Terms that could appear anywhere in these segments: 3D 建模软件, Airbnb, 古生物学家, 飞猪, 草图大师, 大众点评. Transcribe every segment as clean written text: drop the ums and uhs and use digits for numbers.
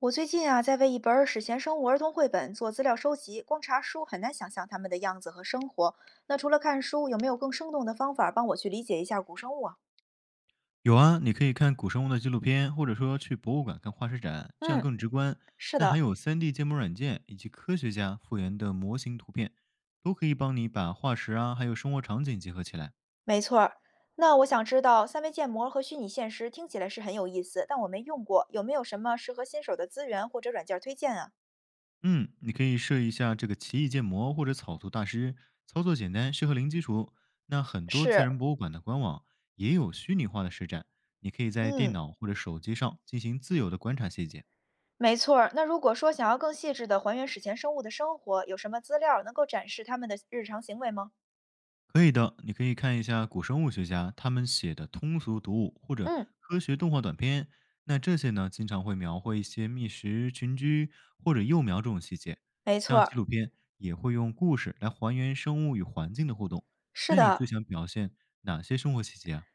我最近啊，在为一本儿史前生物儿童绘本做资料收集，光查书很难想象它们的样子和生活。那除了看书，有没有更生动的方法帮我去理解一下古生物啊？有啊，你可以看古生物的纪录片，或者说去博物馆看化石展，这样嗯，更直观。是那还的，有 3D 建模软件以及科学家复原的模型图片，都可以帮你把化石啊，还有生活场景结合起来。没错儿。那我想知道，三维建模和虚拟现实听起来是很有意思，但我没用过，有没有什么适合新手的资源或者软件儿推荐啊？嗯，你可以设一下这个奇异建模或者草图大师，操作简单，适合零基础。那很多自是，然博物馆的官网也有虚拟化的实展，你可以在电嗯，脑或者手机上进行自由的观察细节。没错儿。那如果说想要更细致的还原史前生物的生活，有什么资料能够展示它们的日常行为吗？可以的，你可以看一下古生物学家他们写的通俗读物或者嗯，科学动画短片，那这些呢经常会描绘一些觅食、群居或者幼苗这种细节。没错像儿，纪录片也会用故事来还原生物与环境的互动。是那你的。最想表现哪些生活细节啊？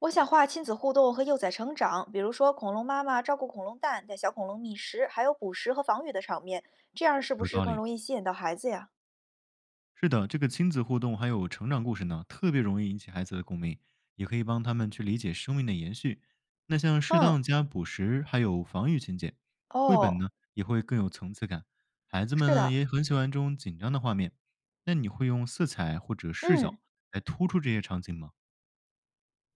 我想画亲子互动和幼崽成长，比如说恐龙妈妈照顾恐龙蛋，带小恐龙觅食，还有捕食和防御的场面，这样是不有是道更理。容易吸引到孩子呀？是的，这个亲子互动还有成长故事呢，特别容易引起孩子的共鸣，也可以帮他们去理解生命的延续。那像适嗯，当加捕食，还有防御情节，绘本哦，呢也会更有层次感。孩子们是呢的，也很喜欢这种紧张的画面。那你会用色彩或者视嗯，角来突出这些场景吗？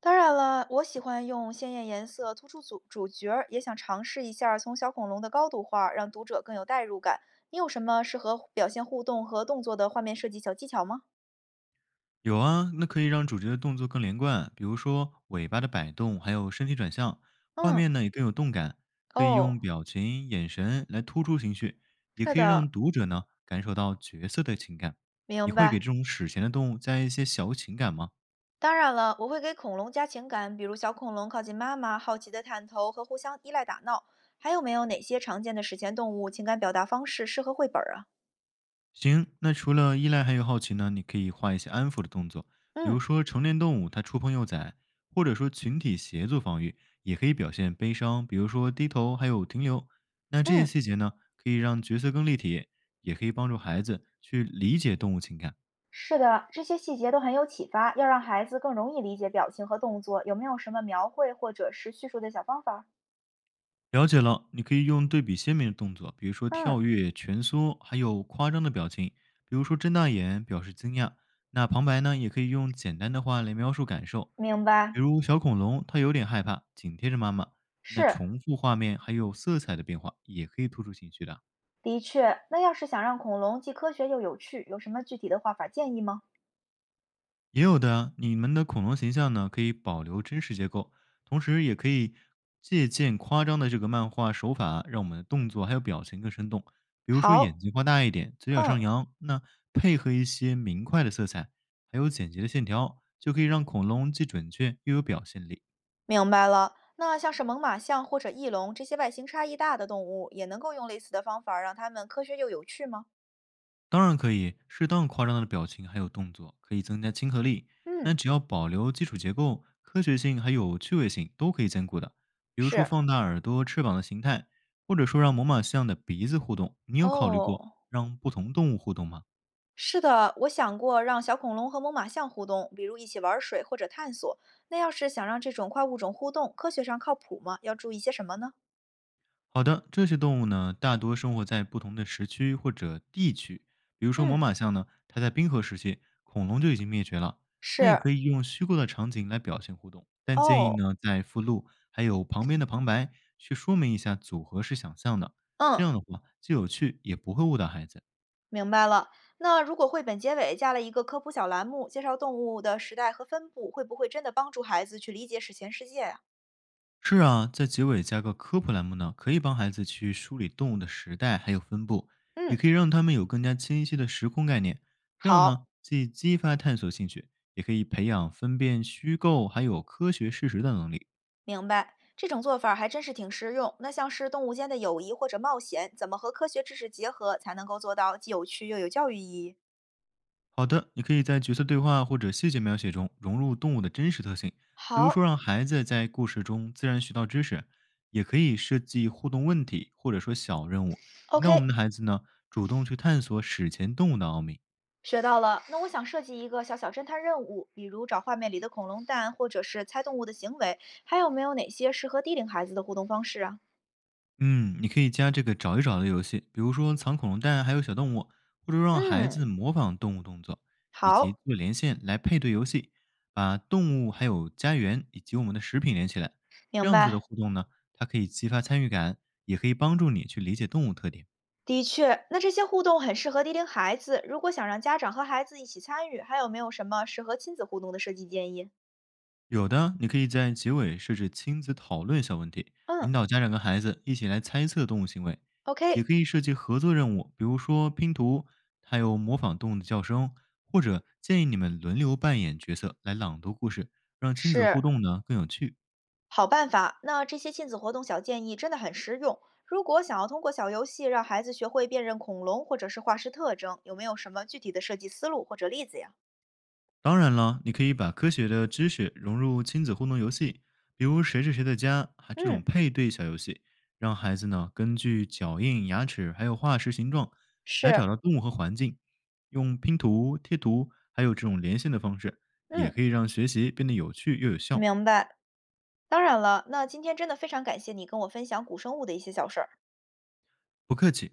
当然了，我喜欢用鲜艳颜色突出主角儿，也想尝试一下儿从小恐龙的高度画，让读者更有代入感。你有什么适合表现互动和动作的画面设计小技巧吗？有啊，那可以让主角的动作更连贯，比如说尾巴的摆动，还有身体转向，画嗯，面呢也更有动感。可以用哦，表情、眼神来突出情绪，也是可以让的，读者呢感受到角色的情感。你明会给白。这种史前的动物加一些小情感吗？当然了，我会给恐龙加情感，比如小恐龙靠近妈妈，好奇的探头和互相依赖打闹。还有没有哪些常见的史前动物情感表达方式适合绘本儿啊？行，那除了依赖还有好奇呢，你可以画一些安抚的动作，比如嗯说成年动物它触碰幼崽，或者说群体协作防御，也可以表现悲伤，比如说低头还有停留。那这些嗯，细节呢，可以让角色更立体，也可以帮助孩子去理解动物情感。是的，这些细节都很有启发，要让孩子更容易理解表情和动作，有没有什么描绘或者是叙述的小方法儿？了解了，你可以用对比鲜明的动作，比如说嗯，跳跃、蜷缩，还有夸张的表情，比如说睁大眼表示惊讶。那旁白呢，也可以用简单的话来描述感受，明比白，如小恐龙它有点害怕，紧贴着妈妈。那是，重复画面还有色彩的变化，也可以突出情绪的。的确。那要是想让恐龙既科学又有趣，有什么具体的画法建议吗？也有的啊，你们的恐龙形象呢，可以保留真实结构，同时也可以借鉴夸张的这个漫画手法，让我们的动作还有表情更生动。比如说好，眼睛画大一点，嘴角上嗯，扬，那配合一些明快的色彩，还有简洁的线条，就可以让恐龙既准确又有表现力。明白了。那像是猛犸象或者翼龙这些外形差异大的动物，也能够用类似的方法儿让它们科学又有趣吗？当然可以，适当夸张的表情还有动作可以增加亲和力。那嗯，只要保留基础结构、科学性还有趣味性都可以兼顾的。比如说是，放大耳朵、翅膀的形态，或者说让猛犸象的鼻子互动，你有考虑过哦，让不同动物互动吗？是的，我想过让小恐龙和猛犸象互动，比如一起玩儿水或者探索。那要是想让这种跨物种互动，科学上靠谱吗？要注意些什么呢？好的，这些动物呢，大多生活在不同的时区或者地区。比如说猛嗯，犸象呢，它在冰河时期，恐龙就已经灭绝了。那也是，可以用虚构的场景来表现互动，但建议哦，呢，在附录还有旁边的旁白去说明一下组合是想象的，这嗯，样的话既有趣也不会误导孩子。明白了。那如果绘本结尾加了一个科普小栏目，介绍动物的时代和分布，会不会真的帮助孩子去理解史前世界呀？是啊，在结尾加个科普栏目呢，可以帮孩子去梳理动物的时代还有分布，也嗯，可以让他们有更加清晰的时空概念。这样好，呢，既激发探索兴趣，也可以培养分辨虚构还有科学事实的能力。明白。这种做法儿还真是挺实用。那像是动物间的友谊或者冒险，怎么和科学知识结合，才能够做到既有趣又有教育意义？好的，你可以在角色对话或者细节描写中融入动物的真实特性，比如说好让孩子在故事中自然学到知识，也可以设计互动问题或者说小任务，引导我，OK，们的孩子呢主动去探索史前动物的奥秘。学到了。那我想设计一个小小侦探任务，比如找画面里的恐龙蛋，或者是猜动物的行为。还有没有哪些适合低龄孩子的互动方式啊？嗯，你可以加这个找一找的游戏，比如说藏恐龙蛋，还有小动物，或者让孩嗯，子模仿动物动作，以及好，做连线来配对游戏，把动物还有家园以及我们的食品连起来。这明样子的白。互动呢，它可以激发参与感，也可以帮助你去理解动物特点。的确，那这些互动很适合低龄孩子。如果想让家长和孩子一起参与，还有没有什么适合亲子互动的设计建议？有的，你可以在结尾设置亲子讨论小问题，引嗯。导家长跟孩子一起来猜测动物行为；也 OK，可以设计合作任务，比如说拼图，还有模仿动物的叫声，或者建议你们轮流扮演角色来朗读故事，让亲子互是动呢更有趣。好办法。那这些亲子活动小建议真的很实用。如果想要通过小游戏让孩子学会辨认恐龙或者是化石特征，有没有什么具体的设计思路或者例子呀？当然了，你可以把科学的知识融入亲子互动游戏，比如谁是谁的家，还这种嗯，配对小游戏，让孩子呢根据脚印、牙齿还有化石形状来是，找到动物和环境，用拼图、贴图还有这种连线的方式，也嗯，可以让学习变得有趣又有效。明白。当然了，那今天真的非常感谢你跟我分享古生物的一些小事儿。不客气。